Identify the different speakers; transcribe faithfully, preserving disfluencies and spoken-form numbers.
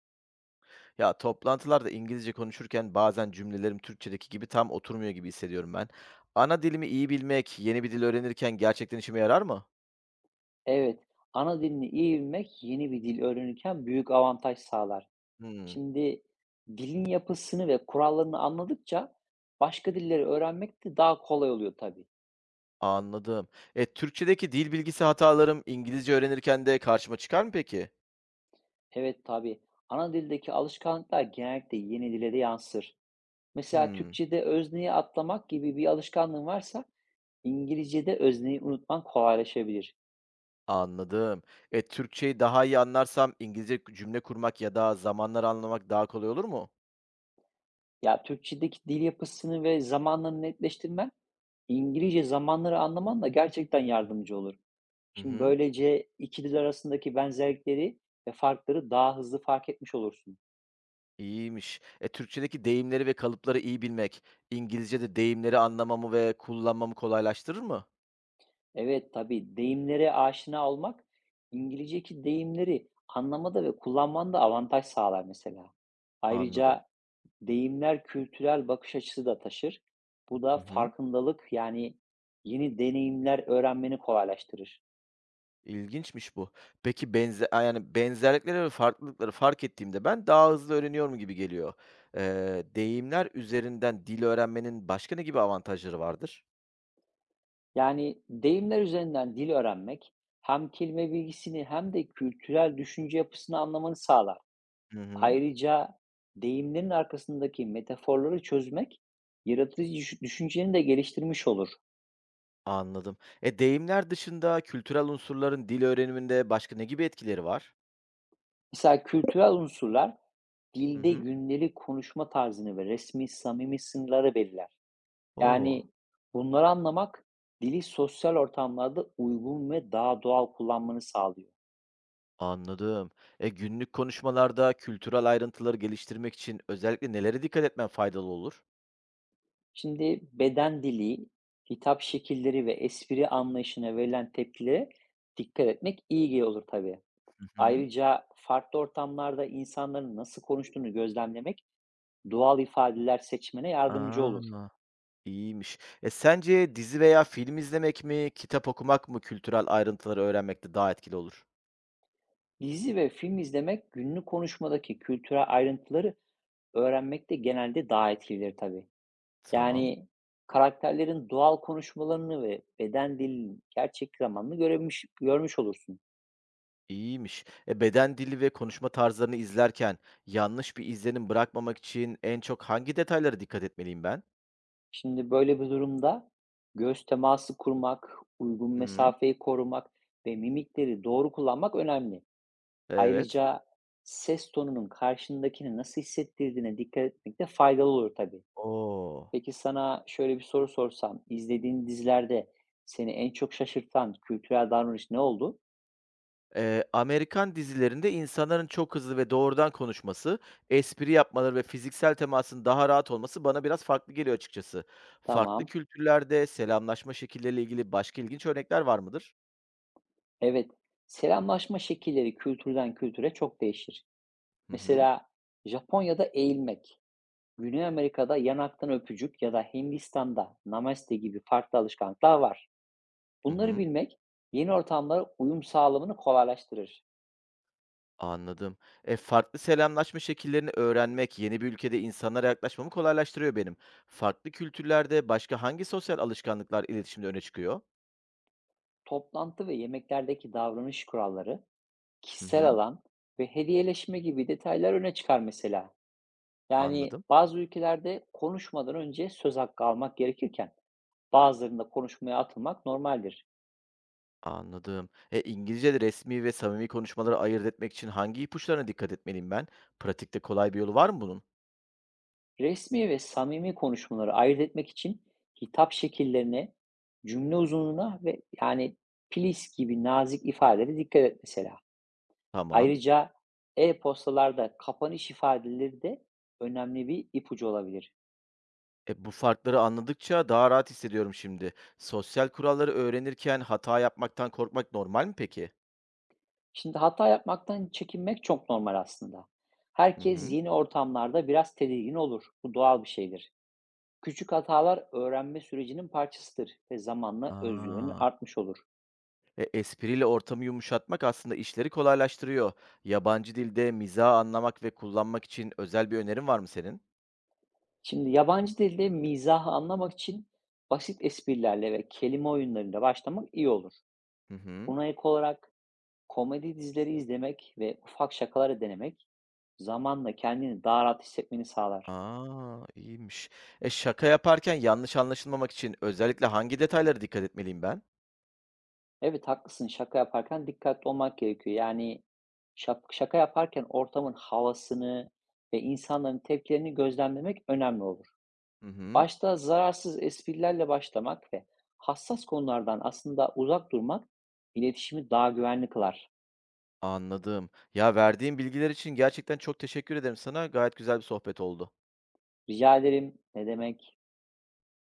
Speaker 1: Ya, toplantılarda İngilizce konuşurken bazen cümlelerim Türkçedeki gibi tam oturmuyor gibi hissediyorum ben. Ana dilimi iyi bilmek, yeni bir dil öğrenirken gerçekten işime yarar mı?
Speaker 2: Evet, ana dilini iyi bilmek yeni bir dil öğrenirken büyük avantaj sağlar.
Speaker 1: Hımm,
Speaker 2: Şimdi dilin yapısını ve kurallarını anladıkça başka dilleri öğrenmek de daha kolay oluyor tabii.
Speaker 1: anladım. E, Türkçedeki dil bilgisi hatalarım İngilizce öğrenirken de karşıma çıkar mı peki?
Speaker 2: Evet tabii. Ana dildeki alışkanlıklar genellikle yeni dile de yansır. Mesela
Speaker 1: Hımm,
Speaker 2: Türkçe'de özneyi atlamak gibi bir alışkanlığın varsa İngilizce'de özneyi unutman kolaylaşabilir.
Speaker 1: anladım. E, Türkçeyi daha iyi anlarsam İngilizce cümle kurmak ya da zamanları anlamak daha kolay olur mu?
Speaker 2: Ya, Türkçedeki dil yapısını ve zamanla netleştirmen, İngilizce zamanları anlaman da gerçekten yardımcı olur.
Speaker 1: Hı
Speaker 2: Şimdi
Speaker 1: hı,
Speaker 2: böylece iki dil arasındaki benzerlikleri ve farkları daha hızlı fark etmiş olursun.
Speaker 1: iyiymiş. E, Türkçedeki deyimleri ve kalıpları iyi bilmek, İngilizce'de deyimleri anlamamı ve kullanmamı kolaylaştırır mı?
Speaker 2: Evet, tabii deyimlere aşina olmak, İngilizceki deyimleri anlamada ve kullanmanda avantaj sağlar mesela.
Speaker 1: Anladım.
Speaker 2: Ayrıca deyimler kültürel bakış açısı da taşır. Bu da
Speaker 1: Hı hı.
Speaker 2: farkındalık, yani yeni deneyimler öğrenmeni kolaylaştırır.
Speaker 1: İlginçmiş bu. Peki benze a, yani, benzerlikleri ve farklılıkları fark ettiğimde ben daha hızlı öğreniyorum gibi geliyor. Eee, deyimler üzerinden dil öğrenmenin başka ne gibi avantajları vardır?
Speaker 2: Yani deyimler üzerinden dil öğrenmek hem kelime bilgisini hem de kültürel düşünce yapısını anlamanı sağlar.
Speaker 1: Hı hı.
Speaker 2: Ayrıca deyimlerin arkasındaki metaforları çözmek yaratıcı düş- düşünceni de geliştirmiş olur.
Speaker 1: Anladım. E, deyimler dışında kültürel unsurların dil öğreniminde başka ne gibi etkileri var?
Speaker 2: Mesela kültürel unsurlar
Speaker 1: Hı
Speaker 2: dilde
Speaker 1: hı.
Speaker 2: gündelik konuşma tarzını ve resmi samimi sınırları belirler.
Speaker 1: O!
Speaker 2: Yani bunları anlamak dili sosyal ortamlarda uygun ve daha doğal kullanmanı sağlıyor.
Speaker 1: Anladım. E, günlük konuşmalarda kültürel ayrıntıları geliştirmek için özellikle nelere dikkat etmen faydalı olur?
Speaker 2: Şimdi beden dili, hitap şekilleri ve espri anlayışına verilen tepkilere dikkat etmek iyi gel- olur tabii.
Speaker 1: Hı hı.
Speaker 2: Ayrıca farklı ortamlarda insanların nasıl konuştuğunu gözlemlemek doğal ifadeler seçmene yardımcı olur.
Speaker 1: A! İyiymiş. E, sence dizi veya film izlemek mi, kitap okumak mı kültürel ayrıntıları öğrenmekte daha etkili olur?
Speaker 2: Dizi ve film izlemek günlük konuşmadaki kültürel ayrıntıları öğrenmekte genelde daha etkilidir tabii.
Speaker 1: Tamam.
Speaker 2: Yani karakterlerin doğal konuşmalarını ve beden dilinin gerçek zamanlı görmüş, görmüş olursun.
Speaker 1: İyiymiş. E, beden dili ve konuşma tarzlarını izlerken yanlış bir izlenim bırakmamak için en çok hangi detaylara dikkat etmeliyim ben?
Speaker 2: Şimdi böyle bir durumda göz teması kurmak, uygun
Speaker 1: Hı,
Speaker 2: mesafeyi korumak ve mimikleri doğru kullanmak önemli.
Speaker 1: evet.
Speaker 2: Ayrıca ses tonunun karşındakini nasıl hissettirdiğine dikkat etmek de faydalı olur tabii.
Speaker 1: Oo.
Speaker 2: Peki sana şöyle bir soru sorsam, izlediğin dizilerde seni en çok şaşırtan kültürel davranış ne oldu?
Speaker 1: Eee, Amerikan dizilerinde insanların çok hızlı ve doğrudan konuşması, espri yapmaları ve fiziksel temasın daha rahat olması bana biraz farklı geliyor açıkçası. Farklı
Speaker 2: Tamam.
Speaker 1: kültürlerde selamlaşma şekilleriyle ilgili başka ilginç örnekler var mıdır?
Speaker 2: Evet. Selamlaşma şekilleri kültürden kültüre çok değişir.
Speaker 1: Hı hı.
Speaker 2: Mesela Japonya'da eğilmek, Güney Amerika'da yanaktan öpücük ya da Hindistan'da namaste gibi farklı alışkanlıklar var.
Speaker 1: Hı
Speaker 2: Bunları
Speaker 1: hı.
Speaker 2: bilmek yeni ortamlara uyum sağlamını kolaylaştırır.
Speaker 1: Anladım. E, farklı selamlaşma şekillerini öğrenmek yeni bir ülkede insanlara yaklaşmamı kolaylaştırıyor benim. Farklı kültürlerde başka hangi sosyal alışkanlıklar iletişimde öne çıkıyor?
Speaker 2: Toplantı ve yemeklerdeki davranış kuralları,
Speaker 1: Hı
Speaker 2: kişisel
Speaker 1: hı.
Speaker 2: alan ve hediyeleşme gibi detaylar öne çıkar mesela. Yani
Speaker 1: Anladım.
Speaker 2: bazı ülkelerde konuşmadan önce söz hakkı almak gerekirken bazılarında konuşmaya atılmak normaldir.
Speaker 1: Anladım. E, İngilizce'de resmi ve samimi konuşmaları ayırt etmek için hangi ipuçlarına dikkat etmeliyim ben? Pratikte kolay bir yolu var mı bunun?
Speaker 2: Resmi ve samimi konuşmaları ayırt etmek için hitap şekillerine, cümle uzunluğuna ve yani "please" gibi nazik ifadelere dikkat et mesela.
Speaker 1: Tamam.
Speaker 2: Ayrıca e-postalarda kapanış ifadeleri de önemli bir ipucu olabilir.
Speaker 1: E, bu farkları anladıkça daha rahat hissediyorum şimdi. Sosyal kuralları öğrenirken hata yapmaktan korkmak normal mi peki?
Speaker 2: Şimdi hata yapmaktan çekinmek çok normal aslında.
Speaker 1: Hı
Speaker 2: Herkes
Speaker 1: hı.
Speaker 2: yeni ortamlarda biraz tedirgin olur. Bu doğal bir şeydir. Küçük hatalar öğrenme sürecinin parçasıdır ve zamanla özgüvenin
Speaker 1: Aa.
Speaker 2: artmış olur.
Speaker 1: E, espriyle ortamı yumuşatmak aslında işleri kolaylaştırıyor. Yabancı dilde mizahı anlamak ve kullanmak için özel bir önerin var mı senin?
Speaker 2: Şimdi yabancı dilde mizahı anlamak için basit esprilerle ve kelime oyunlarıyla başlamak iyi olur.
Speaker 1: Hı hı.
Speaker 2: Buna ek olarak komedi dizileri izlemek ve ufak şakaları denemek zamanla kendini daha rahat hissetmeni sağlar.
Speaker 1: A! İyiymiş. E, şaka yaparken yanlış anlaşılmamak için özellikle hangi detaylara dikkat etmeliyim ben?
Speaker 2: Evet haklısın, şaka yaparken dikkatli olmak gerekiyor. Yani şap- şaka yaparken ortamın havasını ve insanların tepkilerini gözlemlemek önemli olur.
Speaker 1: Hı hı.
Speaker 2: Başta zararsız esprilerle başlamak ve hassas konulardan aslında uzak durmak iletişimi daha güvenli kılar.
Speaker 1: Anladım. Ya, verdiğin bilgiler için gerçekten çok teşekkür ederim sana. Gayet güzel bir sohbet oldu.
Speaker 2: Rica ederim. Ne demek?